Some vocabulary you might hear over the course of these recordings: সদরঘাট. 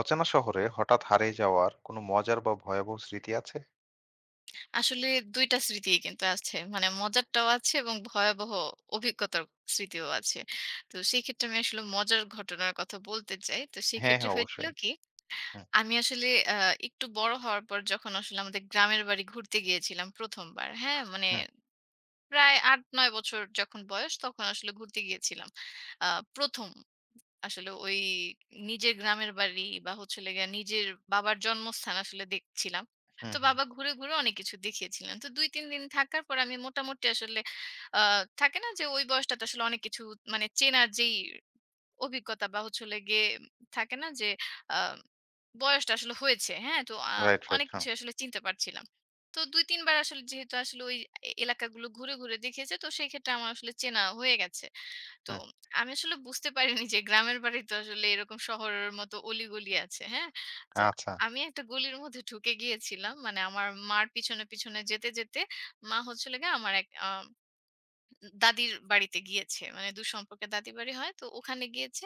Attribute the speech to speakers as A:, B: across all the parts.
A: অচেনা শহরে হঠাৎ হারিয়ে যাওয়ার কোনো মজার বা ভয়াবহ স্মৃতি আছে?
B: আসলে ২ টা স্মৃতিই কিন্তু আছে। মানে মজারটাও আছে এবং ভয়াবহ অভিজ্ঞতার স্মৃতিও আছে। তো সেই ক্ষেত্রে আমি আসলে মজার ঘটনার কথা বলতে চাই। তো
A: হ্যাঁ,
B: সেক্ষেত্রে
A: হ্যাঁ,
B: হয়েছিল
A: অবশ্যই।
B: কি,
A: হুম,
B: আমি আসলে আ একটু বড় হওয়ার পর যখন আসলে আমাদের গ্রামের বাড়ি ঘুরতে গিয়েছিলাম ১ম বার। হ্যাঁ? মানে
A: হুম,
B: প্রায় ৮-৯ বছর যখন বয়স তখন আসলে ঘুরতে গিয়েছিলাম। আ ১ম আসলে ওই নিজের গ্রামের বাড়ি বা হচ্ছে হলো গিয়ে নিজের বাবার জন্মস্থান আসলে দেখছিলাম।
A: হুম,
B: তো
A: হুম।
B: বাবা ঘুরে, ঘুরে অনেক কিছু দেখিয়েছিলেন। তো ২-৩ দিন থাকার পর আমি মোটামুটি আসলে আ থাকে না যে ওই বয়সটাতে আসলে অনেক কিছু মানে চেনার যেই অভিজ্ঞতা বা হচ্ছে হলো গিয়ে থাকে না যে আ বয়সটা আসলে হয়েছে, হ্যাঁ? তো
A: রাইট, রাইট।
B: অনেক
A: হুম,
B: কিছু
A: right, right,
B: আসলে চিনতে পারছিলাম। তো ২-৩ বার আসলে যেহেতু আসলে ওই এলাকাগুলো ঘুরে, ঘুরে দেখিয়েছে তো সেক্ষেত্রে আমার আসলে চেনা হয়ে গেছে। তো
A: হুম। হুম,
B: আমি আসলে বুঝতে পারিনি যে গ্রামের বাড়ি তো আসলে এরকম শহরের মতো অলিগলি আছে। হ্যাঁ? তো
A: আচ্ছা,
B: আমি একটা গলির মধ্যে ঢুকে গিয়েছিলাম। মানে আমার মার পিছনে, পিছনে যেতে, যেতে মা হচ্ছিল গিয়ে আমার এক দাদির বাড়িতে গিয়েছে। মানে দূরসম্পর্কের দাদির বাড়ি হয়। তো ওখানে গিয়েছে।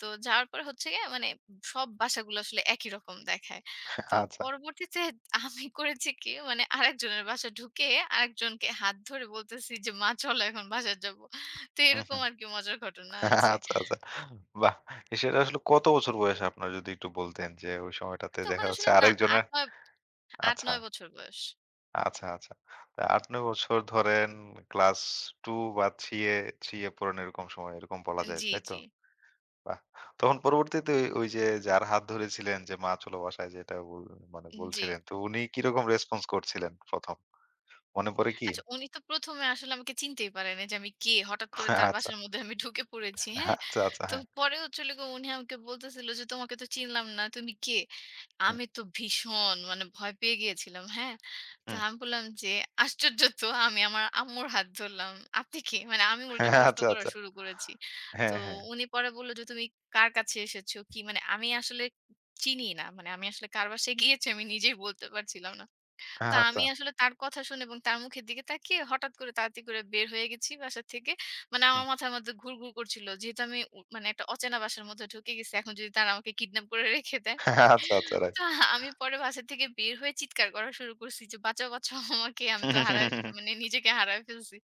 B: তো যাওয়ার পরে হচ্ছে গিয়ে মানে সব বাসাগুলো আসলে একই রকম দেখায়। তো
A: আচ্ছা।
B: পরবর্তীতে আমি করেছি কি মানে আরেকজনের বাসায় ঢুকে আরেকজনকে হাত ধরে বলতেছি যে, "মা চলো এখন বাসায় যাবো।" তো
A: হুম,
B: এরকম
A: হুম।
B: আরকি মজার ঘটনা আছে।
A: আচ্ছা, আচ্ছা। বাহ! সেটা আসলে কত বছর বয়সে আপনার যদি একটু বলতেন যে ওই সময়টাতে
B: তখন
A: দেখা যাচ্ছে
B: আসলে না
A: আরেকজনের
B: ৮-৯
A: আচ্ছা,
B: ৮-৯ বছর বয়স।
A: আচ্ছা, আচ্ছা। তা ৮-৯ বছর ধরেন ক্লাস 2 বা 3 এ 3 এ পড়েন এরকম সময় এরকম বলা যায়,
B: জি,
A: তাই তো?
B: জি,
A: বাহ! তখন পরবর্তীতে ওই, ওই যে যার হাত ধরেছিলেন যে, "মা চলো বাসায়" যেটা মানে
B: জি।
A: বলছিলেন, তো উনি কিরকম রেসপন্স করছিলেন ১ম? মনে পড়ে কি?
B: আচ্ছা, উনি তো ১ম এ আসলে আমাকে চিনতেই পারেনি যে আমি কে? হঠাৎ করে তার
A: আচ্ছা,
B: বাসার মধ্যে আমি ঢুকে পড়েছি, হ্যাঁ?
A: আচ্ছা, আচ্ছা,
B: তো
A: হ্যাঁ।
B: পরে হচ্ছে হলো গিয়ে উনি আমাকে বলতেছিল যে, "তোমাকে তো চিনলাম না। তুমি কে?"
A: হুম,
B: আমি তো ভীষণ মানে ভয় পেয়ে গিয়েছিলাম, হ্যাঁ? তো
A: হুম।
B: আমি বললাম যে, "আশ্চর্য তো আমি আমার আম্মুর হাত ধরলাম। আপনি কে?" মানে আমি উল্টা
A: হ্যাঁ,
B: প্রশ্ন
A: আচ্ছা,
B: করা
A: আচ্ছা।
B: শুরু করেছি। তো
A: হ্যাঁ, হ্যাঁ।
B: উনি পরে বলল যে, "তুমি কার কাছে এসেছো? কি?" মানে আমি আসলে চিনি না। মানে আমি আসলে কার বাসায় গিয়েছি আমি নিজেই বলতে পারছিলাম না। তো আমি
A: আচ্ছা।
B: আসলে তার কথা শুনে এবং তার মুখের দিকে তাকিয়ে হঠাৎ করে তাড়াতাড়ি করে বের হয়ে গেছি বাসা থেকে। মানে আমার
A: হুম।
B: মাথার মধ্যে ঘুরঘুর করছিল। যেহেতু আমি মানে একটা অচেনা বাসার মধ্যে ঢুকে গেছি। এখন যদি তারা আমাকে কিডন্যাপ করে রেখে দেয়।
A: আচ্ছা, আচ্ছা, রাইট।
B: তো আমি পরে বাসা থেকে বের হয়ে চিৎকার করা শুরু করছি যে, "বাঁচাও, বাঁচাও আমাকে। আমি তো মানে নিজেকে হারায় ফেলছি।"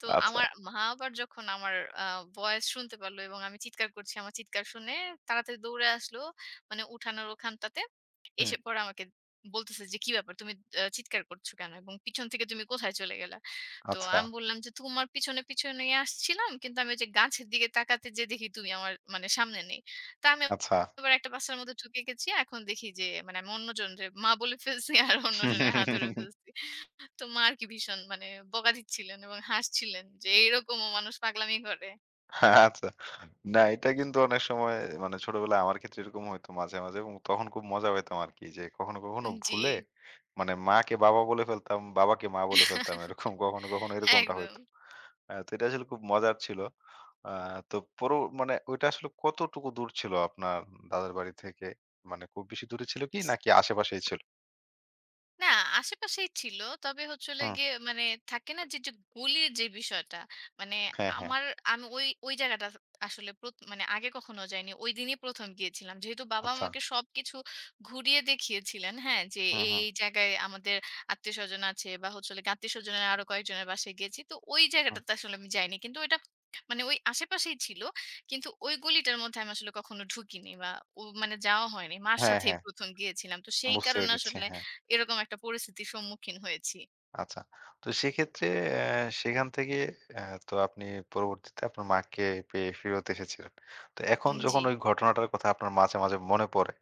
B: তো
A: আচ্ছা।
B: আমার মা আবার যখন আমার আ ভয়েস শুনতে পারলো এবং আমি চিৎকার করছি, আমার চিৎকার শুনে তাড়াতাড়ি দৌড়ে আসলো মানে উঠানের ওখানটাতে।
A: হুম,
B: এসে পরে আমাকে বলতেছে যে, "কি ব্যাপার? তুমি চিৎকার করছো কেন? এবং পিছন থেকে তুমি কোথায় চলে গেলা?" তো
A: আচ্ছা,
B: আমি বললাম যে, "তোমার পিছনে, পিছনেই আসছিলাম। কিন্তু আমি ওই যে গাছের দিকে তাকাতে যেয়ে দেখি তুমি আমার মানে সামনে নেই।" তো আমি
A: আচ্ছা।
B: আবার একটা বাসার মধ্যে ঢুকে গেছি। এখন দেখি যে মানে আমি অন্যজনরে মা বলে ফেলছি আর অন্যজনের হাত ধরে
A: আচ্ছা।
B: ফেলছি। তো মা আরকি ভীষণ মানে বকা দিচ্ছিলেন এবং হাসছিলেন যে, "এইরকমও মানুষ পাগলামি করে?"
A: আচ্ছা, না, এটা কিন্তু অনেক সময় মানে ছোটবেলায় আমার ক্ষেত্রে এরকম হইতো মাঝে, মাঝে এবং তখন খুব মজা পেতাম আরকি যে কখনো, কখনো
B: জি।
A: ভুলে মানে মাকে বাবা বলে ফেলতাম, বাবাকে মা বলে ফেলতাম এরকম কখনো, কখনো এরকমটা
B: একদম।
A: হইতো। তো এটা আসলে খুব মজার ছিল। আ তো পরো মানে ওইটা আসলে কতটুকু দূর ছিল আপনার দাদার বাড়ি থেকে? মানে খুব বেশি দূরে ছিল কি নাকি আশেপাশেই ছিল?
B: না, আশেপাশেই ছিল। তবে হচ্ছে হলো
A: হুম।
B: গিয়ে মানে থাকে না যে, যে গলির যে বিষয়টা, মানে
A: হ্যাঁ, হ্যাঁ।
B: আমার আমি ওই, ওই জায়গাটা আসলে মানে আগে কখনো যাইনি। ওইদিনই ১ম গিয়েছিলাম। যেহেতু বাবা
A: আচ্ছা।
B: আমাকে সবকিছু ঘুরিয়ে দেখিয়েছিলেন, হ্যাঁ? যে
A: হুম,
B: এই,
A: হুম,
B: এই জায়গায় আমাদের আত্মীয়স্বজন আছে বা হচ্ছে হলো গিয়ে আত্মীয়স্বজনের আরো কয়েকজনের বাসায় গিয়েছি। তো ওই
A: হুম।
B: জায়গাটাতে আসলে আমি যাইনি। কিন্তু ওইটা মানে ওই আশেপাশেই ছিল। কিন্তু ওই গলিটার মধ্যে আমি আসলে কখনো ঢুকিনি বা মানে যাওয়া হয়নি। মার
A: হ্যাঁ,
B: সাথেই
A: হ্যাঁ।
B: ১ম গিয়েছিলাম। তো সেই
A: বুঝতে
B: কারণে
A: পেরেছি।
B: আসলে
A: হ্যাঁ।
B: এরকম একটা পরিস্থিতির সম্মুখীন হয়েছি।
A: আচ্ছা। তো সেক্ষেত্রে অ্যা সেখান থেকে তো আপনি পরবর্তীতে আপনার মাকে পেয়ে ফেরত এসেছিলেন। তো এখন
B: উম জি।
A: যখন ওই ঘটনাটার কথা আপনার মাঝে, মাঝে মনে পড়ে,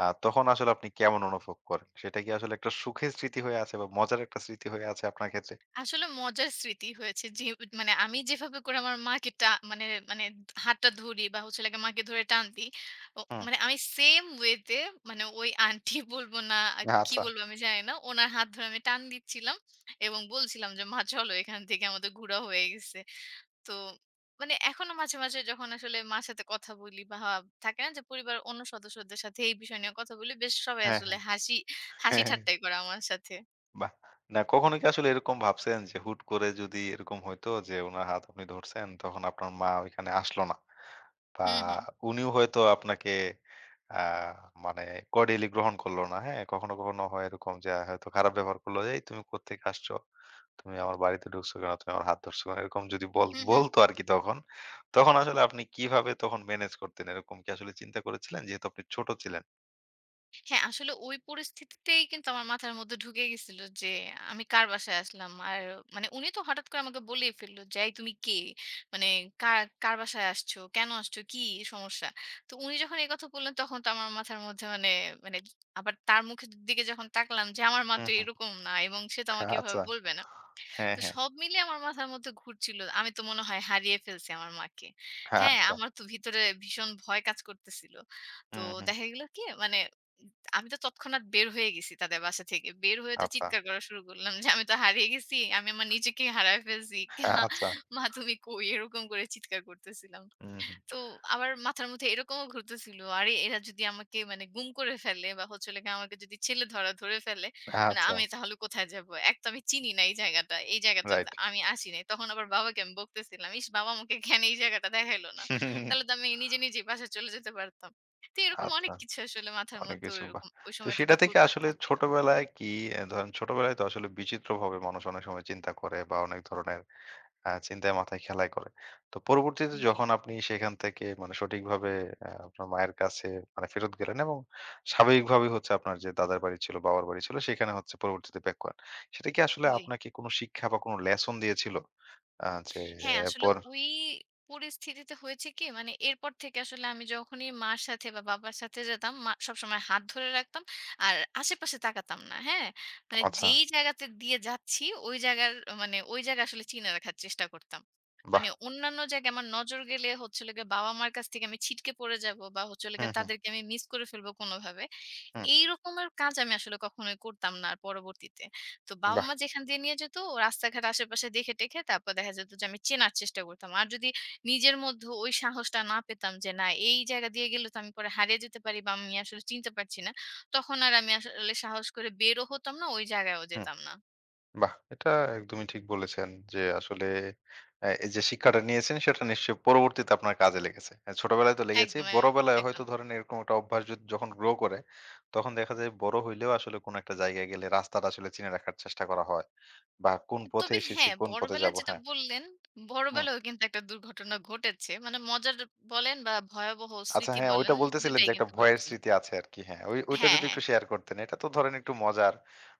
A: তখন আসলে আপনি কেমন অনুভব করেন? সেটা কি আসলে একটা সুখের স্মৃতি হয়ে আছে বা মজার একটা স্মৃতি হয়ে আছে আপনার ক্ষেত্রে?
B: আসলে মজার স্মৃতি হয়েছে যে মানে আমি যেভাবে করে আমার মাকে টা মানে মানে হাতটা ধরি বা হচ্ছে হলো গিয়ে মাকে ধরে টান দিই। ও
A: হুম,
B: মানে আমি সেম ওয়েতে মানে ওই আন্টি বলবো না আর কি
A: আচ্ছা।
B: বলবো আমি জানি না। উনার হাত ধরে আমি টান দিচ্ছিলাম এবং বলছিলাম যে, "মা চলো এখান থেকে আমাদের ঘুরা হয়ে গেছে।" তো মানে এখনো মাঝে, মাঝে যখন আসলে মার সাথে কথা বলি বা থাকে না যে পরিবারের অন্য সদস্যদের সাথে এই বিষয় নিয়ে কথা বলি, বেশ সবাই
A: হ্যাঁ,
B: আসলে
A: হ্যাঁ,
B: হাসি হাসি
A: হ্যাঁ, হ্যাঁ।
B: ঠাট্টাই করে আমার সাথে।
A: বাহ! না কখনো কি আসলে এরকম ভাবছেন যে হুট করে যদি এরকম হইতো যে উনার হাত আপনি ধরছেন তখন আপনার মা ওইখানে আসলো না। বা
B: হুম, হুম।
A: উনিও হয়তো আপনাকে আ মানে cordially গ্রহণ করল না, হ্যাঁ? কখনো, কখনো হয় এরকম যে হয়তো খারাপ ব্যবহার করল, "এই তুমি কোত্থেকে আসছো? তুমি আমার বাড়িতে ঢুকছো কেন? তুমি আমার হাত ধরছো কেন?" এরকম যদি বল
B: হুম, হুম।
A: বলতো আরকি তখন, তখন আসলে আপনি কিভাবে তখন ম্যানেজ করতেন? এরকম কি আসলে চিন্তা করেছিলেন? যেহেতু আপনি ছোট ছিলেন।
B: হ্যাঁ, আসলে ওই পরিস্থিতিতেই কিন্তু আমার মাথার মধ্যে ঢুকে গেছিল যে আমি কার বাসায় আসলাম। আর মানে উনি তো হঠাৎ করে আমাকে বলেই ফেলল যে, "এই তুমি কে? মানে কার কার বাসায় আসছো? কেন আসছো? কি সমস্যা?" তো উনি যখন এই কথা বললেন তখন তো আমার মাথার মধ্যে মানে মানে আবার তার মুখের দিকে যখন তাকলাম যে আমার মা তো
A: হুম, হুম।
B: এরকম না এবং সে তো আমাকে এভাবে
A: আচ্ছা।
B: বলবে না।
A: হ্যাঁ,
B: তো
A: হ্যাঁ।
B: সব মিলিয়ে আমার মাথার মধ্যে ঘুরছিল। আমি তো মনে হয় হারিয়ে ফেলছি আমার মাকে।
A: হ্যাঁ
B: হ্যাঁ,
A: আচ্ছা।
B: আমার তো ভিতরে ভীষণ ভয় কাজ করতেছিল। তো
A: হুম, হুম।
B: দেখা গেল কি মানে আমি তো তৎক্ষণাৎ বের হয়ে গেছি তাদের বাসা থেকে। বের হয়ে তো
A: আচ্ছা।
B: চিৎকার করা শুরু করলাম যে, "আমি তো হারিয়ে গেছি। আমি আমার নিজেকেই হারায় ফেলছি।
A: হ্যাঁ আচ্ছা।
B: মা তুমি কই?" এরকম করে চিৎকার করতেছিলাম।
A: হুম, হুম।
B: তো আমার মাথার মধ্যে এরকমও ঘুরতেছিল, আরে এরা যদি আমাকে মানে গুম করে ফেলে বা হচ্ছে হলো গিয়ে আমাকে যদি ছেলেধরা ধরে ফেলে, মানে
A: আচ্ছা।
B: আমি তাহলে কোথায় যাব? এক তো আমি চিনি না এই জায়গাটা। এই জায়গাটাতে
A: রাইট।
B: আমি আসি নাই। তখন আবার বাবাকে আমি বকতেছিলাম, "ইস! বাবা আমাকে কেন এই জায়গাটা দেখাইলো না? তাহলে তো আমি নিজে, নিজেই বাসায় চলে যেতে পারতাম।" তো এরকম
A: আচ্ছা।
B: অনেক কিছু আসলে মাথার
A: অনেক
B: মধ্যে
A: কিছু বাহ!
B: ওইরকম ওই
A: তো
B: সময়টাতে
A: সেটা থেকে
B: ঘুরপাক
A: আসলে
B: খাচ্ছিল।
A: ছোটবেলায় কি ধরেন ছোটবেলায় তো আসলে বিচিত্রভাবে মানুষ অনেক সময় চিন্তা করে বা অনেক ধরনের চিন্তায় মাথায় খেলায় করে। তো পরবর্তীতে
B: জি,
A: যখন আপনি সেখান থেকে মানে সঠিকভাবে আপনার মায়ের কাছে মানে ফেরত গেলেন এবং স্বাভাবিকভাবেই হচ্ছে আপনার যে দাদার বাড়ি ছিল, বাবার বাড়ি ছিল সেখানে হচ্ছে পরবর্তীতে ব্যাক করেন। সেটা কি আসলে
B: জি।
A: আপনাকে কোনো শিক্ষা বা কোনো লেসন দিয়েছিল? আ যে
B: হ্যাঁ,
A: আহ,
B: আসলে
A: পর
B: ওই পরিস্থিতিতে হয়েছে কি মানে এরপর থেকে আসলে আমি যখনই মার সাথে বা বাবার সাথে যেতাম মা সবসময় হাত ধরে রাখতাম আর আশেপাশে তাকাতাম না। হ্যাঁ? মানে
A: আচ্ছা,
B: যেই জায়গাতে দিয়ে যাচ্ছি ওই জায়গার মানে ওই জায়গা আসলে চিনে রাখার চেষ্টা করতাম।
A: বাহ!
B: মানে অন্যান্য জায়গায় আমার নজর গেলে হচ্ছে হলো গিয়ে বাবা-মার কাছ থেকে আমি ছিটকে পড়ে যাবো বা হচ্ছে হলো
A: হুম,
B: গিয়ে
A: হুম,
B: তাদেরকে আমি মিস করে ফেলবো কোনোভাবে।
A: হুম,
B: এই রকমের কাজ আমি আসলে কখনোই করতাম না আর পরবর্তীতে। তো
A: বাহ!
B: বাবা-মা যেখান দিয়ে নিয়ে যেত রাস্তাঘাট আশেপাশে দেখে-টেখে তারপর দেখা যেত যে আমি চেনার চেষ্টা করতাম। আর যদি নিজের মধ্যে ওই সাহসটা না পেতাম যে না এই জায়গা দিয়ে গেলে তো আমি পরে হারিয়ে যেতে পারি বা আমি আসলে চিনতে পারছি না। তখন আর আমি আসলে সাহস করে বেরও হতাম না, ওই জায়গায়ও
A: হুম।
B: যেতাম না।
A: বাহ! এটা একদমই ঠিক বলেছেন যে আসলে এই যে শিক্ষাটা নিয়েছেন সেটা নিশ্চয়ই পরবর্তীতে আপনার কাজে লেগেছে। ছোটবেলায় তো লেগেছে।
B: একদম,
A: বড়বেলায় হয়তো
B: একদম।
A: ধরেন এরকম একটা অভ্যাস যখন গ্রো করে তখন দেখা যায় বড় হইলেও আসলে কোন একটা জায়গায় গেলে রাস্তাটা আসলে চিনে রাখার চেষ্টা করা হয়। বা কোন পথে
B: তবে
A: এসেছি,
B: হ্যাঁ,
A: কোন পথে যাব,
B: বড়বেলায় যেটা
A: হ্যাঁ।
B: বললেন,
A: হুম।
B: বড়বেলায়ও কিন্তু একটা দুর্ঘটনা ঘটেছে। মানে মজার বলেন বা ভয়াবহ
A: আচ্ছা
B: স্মৃতি
A: হ্যাঁ,
B: বলেন
A: ওইটা
B: ২
A: বলতেছিলেন
B: টাই
A: যে একটা
B: কিন্তু
A: ভয়ের
B: ঘটেছে।
A: স্মৃতি আছে আরকি। হ্যাঁ, ওই ওইটা
B: হ্যাঁ,
A: যদি
B: হ্যাঁ,
A: একটু শেয়ার করতেন। এটা তো ধরেন একটু মজার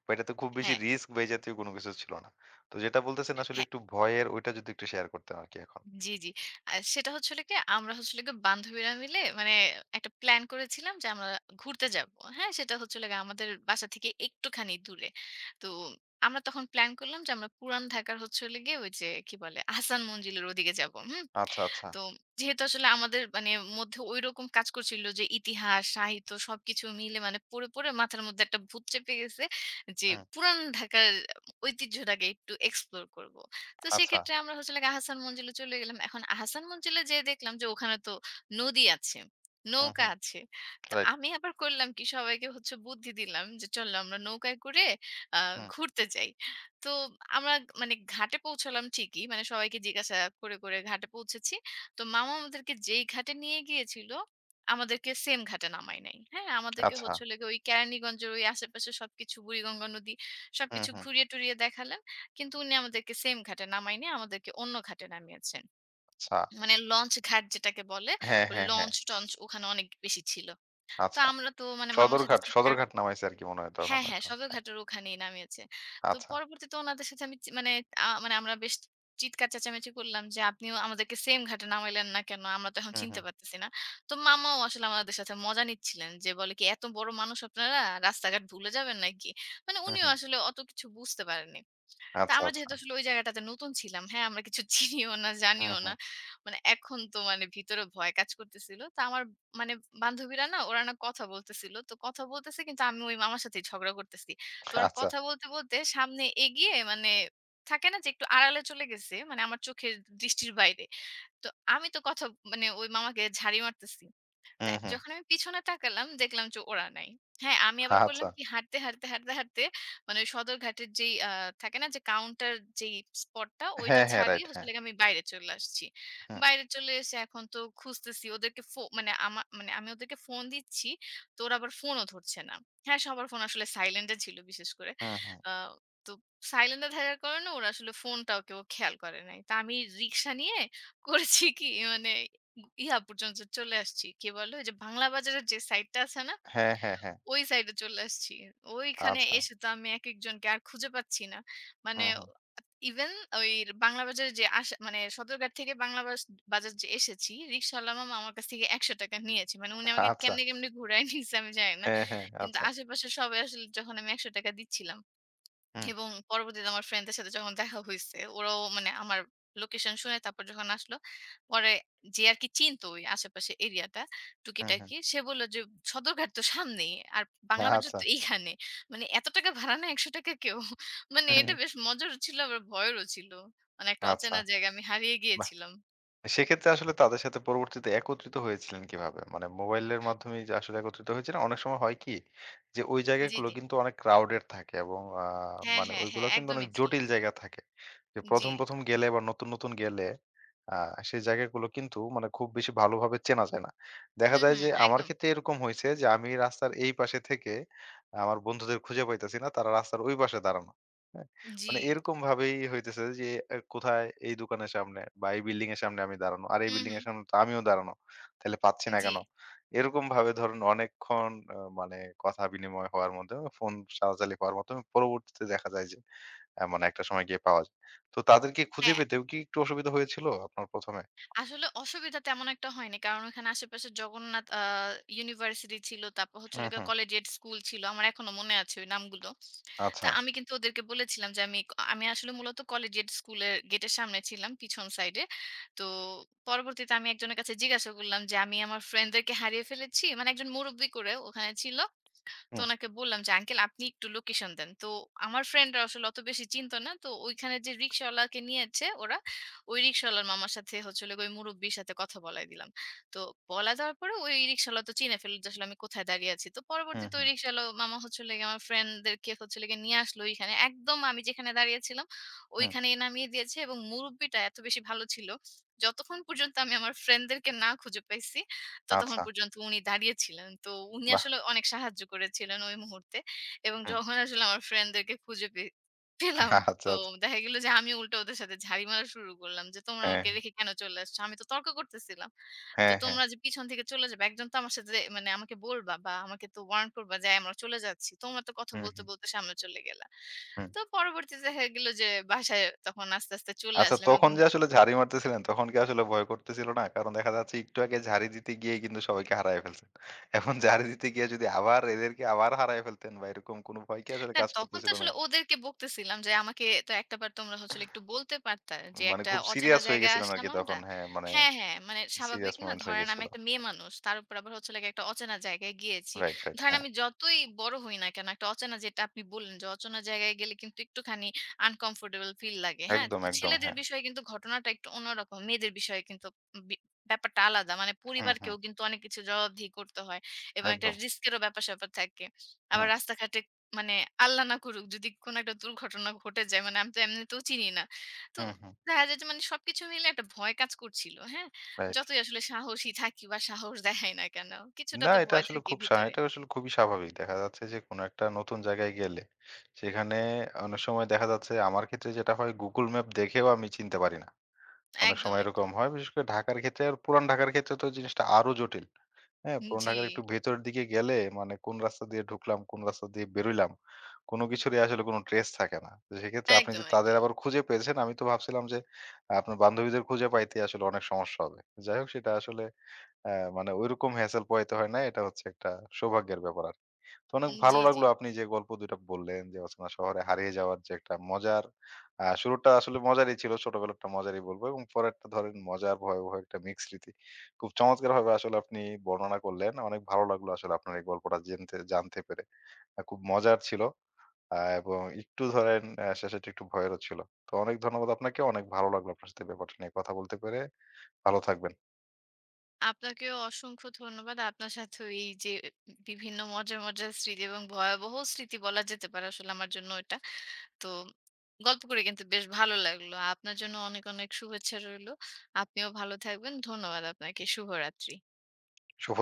A: বা এটা তো খুব বেশি
B: হ্যাঁ।
A: রিস্ক বা এই জাতীয় কোন কিছু ছিল না। তো যেটা বলতেছেন আসলে
B: হ্যাঁ,
A: একটু ভয়ের ওইটা যদি একটু শেয়ার করতেন আরকি এখন।
B: জি, জি। সেটা হচ্ছে হলো গিয়ে আমরা হচ্ছে হলো গিয়ে বান্ধবীরা মিলে মানে একটা প্ল্যান করেছিলাম যে আমরা ঘুরতে যাবো। হ্যাঁ? সেটা হচ্ছে হলো গিয়ে আমাদের বাসা থেকে একটুখানি দূরে। তো আমরা তখন প্ল্যান করলাম যে আমরা পুরান ঢাকার হচ্ছে হলো গিয়ে ওই যে কি বলে আহসান মঞ্জিলের ওদিকে যাবো। হুম?
A: আচ্ছা, আচ্ছা।
B: তো যেহেতু আসলে আমাদের মানে মধ্যে ঐরকম কাজ করছিল যে ইতিহাস, সাহিত্য সবকিছু মিলে মানে পড়ে, পড়ে মাথার মধ্যে একটা ভূত চেপে গেছে যে
A: হুম,
B: পুরান ঢাকার ঐতিহ্যটাকে একটু এক্সপ্লোর করব। তো
A: আচ্ছা।
B: সেক্ষেত্রে আমরা হচ্ছে হলো গিয়ে আহসান মঞ্জিলে চলে গেলাম। এখন আহসান মঞ্জিলে যেয়ে দেখলাম যে ওখানে তো নদী আছে,
A: হুম,
B: নৌকা
A: হুম।
B: আছে। তো
A: রাইট।
B: আমি আবার করলাম কি সবাইকে হচ্ছে বুদ্ধি দিলাম যে চলো আমরা নৌকায় করে আ
A: হুম,
B: ঘুরতে যাই। তো আমরা মানে ঘাটে পৌঁছালাম ঠিকই। মানে সবাইকে জিজ্ঞাসা করে, করে ঘাটে পৌঁছেছি। তো মামা আমাদেরকে যেই ঘাটে নিয়ে গিয়েছিল, আমাদেরকে সেম ঘাটে নামায় নাই। হ্যাঁ? আমাদেরকে
A: আচ্ছা।
B: হচ্ছে হলো গিয়ে ওই কেরানীগঞ্জের ওই আশেপাশে সবকিছু বুড়িগঙ্গা নদী
A: হুম,
B: সবকিছু
A: হুম।
B: ঘুরিয়ে টুরিয়ে দেখালেন। কিন্তু উনি আমাদেরকে সেম ঘাটে নামায় নিয়ে আমাদেরকে অন্য ঘাটে নামিয়েছেন।
A: আচ্ছা।
B: মানে লঞ্চ ঘাট যেটাকে বলে,
A: হ্যাঁ,
B: ওই
A: হ্যাঁ, হ্যাঁ।
B: লঞ্চ-টঞ্চ ওখানে অনেক বেশি ছিল। তো
A: আচ্ছা।
B: আমরা তো মানে মামার সাথে
A: সদরঘাট,
B: চিৎকার
A: সদরঘাট নামাইছে আরকি মনে হয় তখন
B: হ্যাঁ, হ্যাঁ,
A: হয়তো। হ্যাঁ,
B: সদরঘাটের ওখানেই নামিয়েছে। তো
A: আচ্ছা।
B: পরবর্তীতে উনাদের সাথে আমি মানে মানে আমরা বেশ চিৎকার চেঁচামেচি করলাম যে, "আপনিও আমাদেরকে সেম ঘাটে নামাইলেন না কেন? আমরা তো এখন
A: হুম,
B: চিনতে
A: হুম,
B: পারতেছি না।" তো মামাও আসলে আমাদের সাথে মজা নিচ্ছিলেন যে, বলে কি, "এত বড় মানুষ আপনারা, রাস্তাঘাট ভুলে যাবেন নাকি?" মানে
A: হুম,
B: উনিও
A: হুম।
B: আসলে অত কিছু বুঝতে পারেননি। তো
A: আচ্ছা,
B: আমরা
A: আচ্ছা।
B: যেহেতু আসলে ওই জায়গাটাতে নতুন ছিলাম, হ্যাঁ? আমরা কিছু চিনিও না,
A: হুম,
B: জানিও না।
A: হুম।
B: মানে এখন তো মানে ভিতরে ভয় কাজ করতেছিল। তো আমার মানে বান্ধবীরা না ওরা না কথা বলতেছিল। তো কথা বলতেছে কিন্তু আমি ওই মামার সাথেই ঝগড়া করতেছি। তো ওরা
A: আচ্ছা।
B: কথা বলতে, বলতে সামনে এগিয়ে মানে থাকে না যে একটু আড়ালে চলে গেছে। মানে আমার চোখের দৃষ্টির বাইরে। তো আমি তো কথা মানে ওই মামাকে ঝাড়ি মারতেছি। তা
A: হুম, হুম।
B: যখন আমি পিছনে তাকালাম দেখলাম যে ওরা নাই। হ্যাঁ, আমি আবার করলাম
A: আচ্ছা।
B: কি হাঁটতে, হাঁটতে, হাঁটতে, হাঁটতে মানে সদরঘাটের যেই থাকে না যে কাউন্টার যেই স্পটটা ওইটা
A: হ্যাঁ, হ্যাঁ।
B: ছাড়িয়ে
A: রাইট।
B: হচ্ছে
A: হ্যাঁ।
B: হলো গিয়ে আমি বাইরে চলে আসছি।
A: হুম,
B: বাইরে চলে এসে এখন তো খুঁজতেছি ওদেরকে মানে মানে আমি ওদেরকে ফোন দিচ্ছি তো ওরা আবার ফোনও ধরছে না। হ্যাঁ, সবার ফোন আসলে সাইলেন্ট এ ছিল বিশেষ করে।
A: হুম, হুম।
B: আ তো সাইলেন্ট এ থাকার কারণে ওরা আসলে ফোনটাও কেউ খেয়াল করে নাই। তা আমি রিক্সা নিয়ে করেছি কি মানে ইহা পর্যন্ত চলে আসছি। কি বলে? ওই যে বাংলা বাজারের যে সাইডটা আছে না?
A: হ্যাঁ, হ্যাঁ, হ্যাঁ।
B: ওই সাইডে চলে আসছি। ওইখানে
A: আচ্ছা।
B: এসে তো আমি একেকজনকে আর খুঁজে পাচ্ছি না। মানে
A: হুম, হুম।
B: ইভেন ওই বাংলা বাজারে যে আসা মানে সদরঘাট থেকে বাংলা বাস বাজার যে এসেছি, রিক্শাওয়ালা মামা আমার কাছ থেকে ৳১০০ নিয়েছে। মানে উনি আমাকে
A: আচ্ছা।
B: কেমনে, কেমনে ঘুরায় নিছে আমি জানি না।
A: হ্যাঁ, হ্যাঁ।
B: কিন্তু
A: আচ্ছা।
B: আশেপাশে সবাই আসলে যখন আমি ৳১০০ দিচ্ছিলাম
A: হুম,
B: এবং পরবর্তীতে আমার ফ্রেন্ডদের সাথে যখন দেখা হইছে, ওরাও মানে আমার লোকেশন শুনে তারপর যখন আসলো, পরে যে আরকি চিনতো ওই আশেপাশে এরিয়াটা
A: হুম, হুম।
B: টুকিটাকি, সে বলল যে, "সদরঘাট তো সামনেই। আর বাংলা বাজার
A: আচ্ছা।
B: তো এইখানে। মানে এত টাকা ভাড়া না ৳১০০ কেউ।" মানে
A: হুম,
B: এটা
A: হুম।
B: বেশ মজারও ছিল আবার ভয়েরও ছিল। মানে একটা
A: আচ্ছা।
B: অচেনা জায়গায় আমি হারিয়ে
A: বাহ!
B: গিয়েছিলাম।
A: সেক্ষেত্রে আসলে তাদের সাথে পরবর্তীতে একত্রিত হয়েছিলেন কিভাবে? মানে মোবাইলের মাধ্যমেই যে আসলে একত্রিত হয়েছিলেন, অনেক সময় হয় কি যে ওই
B: জি,
A: জায়গাগুলো
B: জি।
A: কিন্তু অনেক ক্রাউডেড থাকে এবং
B: হ্যাঁ,
A: মানে
B: হ্যাঁ, হ্যাঁ,
A: ওইগুলো কিন্তু অনেক
B: একদমই ছিল।
A: জটিল জায়গা থাকে। যে
B: জি।
A: ১ম, ১ম গেলে বা নতুন, নতুন গেলে আ সেই জায়গাগুলো কিন্তু মানে খুব বেশি ভালোভাবে চেনা যায় না। দেখা
B: হুম,
A: যায়
B: হুম,
A: যে আমার
B: একদম।
A: ক্ষেত্রে এরকম হইছে যে আমি রাস্তার এই পাশে থেকে আমার বন্ধুদের খুঁজে পাইতেছি না। তারা রাস্তার ওই পাশে দাঁড়ানো।
B: জি।
A: মানে এরকম ভাবেই হইতেছে যে এ কোথায় এই দোকানের সামনে বা এই বিল্ডিং এর সামনে আমি দাঁড়ানো। আর এই
B: হুম,
A: বিল্ডিং
B: হুম।
A: এর সামনে তো আমিও দাঁড়ানো। তাইলে পাচ্ছি না
B: জি।
A: কেন? এরকম ভাবে ধরুন অনেকক্ষণ মানে কথা বিনিময় হওয়ার মাধ্যমে ফোন চালাচালি হওয়ার মাধ্যমে পরবর্তীতে দেখা যায় যে মানে একটা সময় গিয়ে পাওয়া যায়। তো তাদেরকে খুঁজে
B: হ্যাঁ।
A: পেতেও কি একটু অসুবিধা হয়েছিল আপনার ১ম এ?
B: আসলে অসুবিধা তেমন একটা হয়নি। কারণ ওখানে আশেপাশে জগন্নাথ ইউনিভার্সিটি ছিল। তারপর হচ্ছে
A: হুম,
B: হলো গিয়ে
A: হুম।
B: কলেজিয়েট স্কুল ছিল। আমার এখনো মনে আছে ওই নামগুলো। তো
A: আচ্ছা।
B: আমি কিন্তু ওদেরকে বলেছিলাম যে আমি আসলে মূলত কলেজিয়েট স্কুলের গেটের সামনে ছিলাম পিছন সাইডে। তো পরবর্তীতে আমি একজনের কাছে জিজ্ঞাসা করলাম যে, "আমি আমার ফ্রেন্ডদেরকে হারিয়ে ফেলেছি।" মানে একজন মুরুব্বি করে ওখানে ছিল। তো
A: হুম,
B: ওনাকে বললাম যে, "আঙ্কেল আপনি একটু লোকেশন দেন।" তো আমার ফ্রেন্ডরা আসলে অত বেশি চিনতো না। তো ওইখানে যে রিক্শাওয়ালাকে নিয়েছে ওরা, ওই রিক্শাওয়ালার মামার সাথে হচ্ছে হলো গিয়ে ওই মুরুব্বির সাথে কথা বলায় দিলাম। তো বলা দেওয়ার পরে ওই রিক্শাওয়ালা তো চিনে ফেলল যে আসলে আমি কোথায় দাঁড়িয়ে আছি। তো
A: হুম,
B: পরবর্তীতে ওই
A: হুম,
B: রিক্শাওয়ালা মামা হচ্ছে হলো গিয়ে আমার ফ্রেন্ডদেরকে হচ্ছে হলো গিয়ে নিয়ে আসলো ওইখানে। একদম আমি যেখানে দাঁড়িয়েছিলাম
A: হুম।
B: ওইখানেই নামিয়ে দিয়েছে এবং মুরুব্বিটা এত বেশি ভালো ছিল, যতক্ষণ পর্যন্ত আমি আমার ফ্রেন্ডদেরকে না খুঁজে পাইছি ততক্ষণ
A: আচ্ছা।
B: পর্যন্ত উনি দাঁড়িয়ে ছিলেন। তো উনি
A: বাহ!
B: আসলে অনেক সাহায্য করেছিলেন ওই মুহূর্তে। এবং
A: হুম।
B: যখন আসলে আমার ফ্রেন্ডদেরকে খুঁজে পে পেলাম,
A: আচ্ছা,
B: তো
A: আচ্ছা।
B: দেখা গেল যে আমি উল্টো ওদের সাথে ঝাড়ি মারা শুরু করলাম যে, "তোমরা
A: হ্যাঁ,
B: আমাকে রেখে কেন চলে আসছো? আমি তো তর্ক করতেছিলাম। তো
A: হ্যাঁ, হ্যাঁ।
B: তোমরা যে পিছন থেকে চলে যাবে, একজন তো আমার সাথে মানে আমাকে বলবা বা আমাকে তো ওয়ার্ন করবা যে আমরা চলে যাচ্ছি। তোমরা তো কথা
A: হুম,
B: বলতে,
A: হুম,
B: বলতে সামনে চলে গেলা।"
A: হুম।
B: তো পরবর্তীতে দেখা গেল যে বাসায় তখন আস্তে, আস্তে চলে
A: আচ্ছা
B: আসলাম এবং
A: তখন যে আসলে ঝাড়ি মারতেছিলেন তখন কি আসলে ভয় করতেছিল না? কারণ দেখা যাচ্ছে একটু আগে ঝাড়ি দিতে গিয়ে কিন্তু সবাইকে হারায় ফেলছেন। এখন ঝাড়ি দিতে গিয়ে যদি আবার এদেরকে আবার হারায় ফেলতেন বা এরকম কোনো ভয় কি আসলে
B: না
A: কাজ
B: তখন তো
A: করতেছিল
B: আসলে
A: নাকি?
B: ওদেরকে বকতেছিলাম যে, "আমাকে তো একটাবার তোমরা হচ্ছে হলো একটু বলতে পারতা যে,
A: মানে
B: একটা
A: খুব
B: অচেনা
A: সিরিয়াস হয়ে
B: জায়গায়
A: গেছিলেন
B: আসলাম
A: আরকি
B: আমরা।"
A: তখন। হ্যাঁ, মানে
B: হ্যাঁ, হ্যাঁ, মানে স্বাভাবিক
A: সিরিয়াস
B: না?
A: মোমেন্ট হয়ে
B: ধরেন আমি
A: গেছিল।
B: একটা মেয়ে মানুষ। তার উপর আবার হচ্ছে হলো গিয়ে একটা অচেনা জায়গায় গিয়েছি।
A: Right, right.
B: ধরেন
A: হ্যাঁ,
B: আমি যতই বড় হই না কেন, একটা অচেনা যেটা আপনি বললেন যে, অচেনা জায়গায় গেলে কিন্তু একটুখানি আনকমফোর্টেবল ফিল লাগে। হ্যাঁ?
A: একদম,
B: তো
A: একদম।
B: ছেলেদের
A: হ্যাঁ।
B: বিষয়ে কিন্তু ঘটনাটা একটু অন্যরকম। মেয়েদের বিষয়ে কিন্তু বি ব্যাপারটা আলাদা। মানে
A: হুম, হুম।
B: পরিবারকেও কিন্তু অনেক কিছু জবাবদিহি করতে হয় এবং একটা
A: একদম।
B: রিস্কেরও ব্যাপার-স্যাপার থাকে। আবার
A: হুম,
B: রাস্তাঘাটে মানে আল্লাহ না করুক যদি কোনো একটা দুর্ঘটনা ঘটে যায় মানে আমি তো এমনিতেও চিনি না। তো
A: হুম, হুম।
B: দেখা যায় যে মানে সবকিছু মিলে একটা ভয় কাজ করছিল, হ্যাঁ?
A: রাইট।
B: যতই আসলে সাহসী থাকি বা সাহস দেখাই না কেন, কিছুটা
A: না,
B: তো ভয় থাকে ভিতরে।
A: এটা আসলে খুবই স্বাভাবিক। দেখা যাচ্ছে যে কোনো একটা নতুন জায়গায় গেলে সেখানে অনেক সময় দেখা যাচ্ছে আমার ক্ষেত্রে যেটা হয় Google Map দেখেও আমি চিনতে পারি না। অনেক
B: একদম,
A: সময়
B: একদম।
A: এরকম হয়। বিশেষ করে ঢাকার ক্ষেত্রে আর পুরান ঢাকার ক্ষেত্রে তো জিনিসটা আরো জটিল। হ্যাঁ? পুরান
B: জি,
A: ঢাকার একটু ভেতরের দিকে গেলে মানে কোন রাস্তা দিয়ে ঢুকলাম, কোন রাস্তা দিয়ে বেরোইলাম, কোনো কিছুরই আসলে কোনো ট্রেস থাকে না। তো সেক্ষেত্রে আপনি
B: একদম,
A: যে তাদের
B: একদম।
A: আবার খুঁজে পেয়েছেন আমি তো ভাবছিলাম যে আপনার বান্ধবীদের খুঁজে পাইতে আসলে অনেক সমস্যা হবে। যাই হোক সেটা আসলে হ্যাঁ, মানে ঐরকম হ্যাসেল পোহাইতে হয় না। এটা হচ্ছে একটা সৌভাগ্যের ব্যাপার আরকি। তো অনেক ভালো
B: জি, জি।
A: লাগলো আপনি যে গল্প ২ টা বললেন যে অচেনা শহরে হারিয়ে যাওয়ার যে একটা মজার শুরুটা আসলে মজারই ছিল। ছোটবেলারটা মজারই বলব এবং পরেরটা ধরেন মজার ভয়াবহ একটা মিক্স স্মৃতি। খুব চমৎকারভাবে আসলে আপনি বর্ণনা করলেন। অনেক ভালো লাগলো আসলে আপনার এই গল্পটা জানতে পেরে। খুব মজার ছিল এবং একটু ধরেন শেষেরটা একটু ভয়েরও ছিল। তো অনেক ধন্যবাদ আপনাকে। অনেক ভালো লাগলো আপনার সাথে ব্যাপারটা নিয়ে কথা বলতে পেরে। ভালো থাকবেন।
B: আপনাকেও অসংখ্য ধন্যবাদ। আপনার সাথেও এই যে বিভিন্ন মজার, মজার স্মৃতি এবং ভয়াবহ স্মৃতি বলা যেতে পারে আসলে আমার জন্য এটা। তো গল্প করে কিন্তু বেশ ভালো লাগলো। আপনার জন্য অনেক, অনেক শুভেচ্ছা রইলো। আপনিও ভালো থাকবেন। ধন্যবাদ আপনাকে। শুভরাত্রি।
A: শুভরা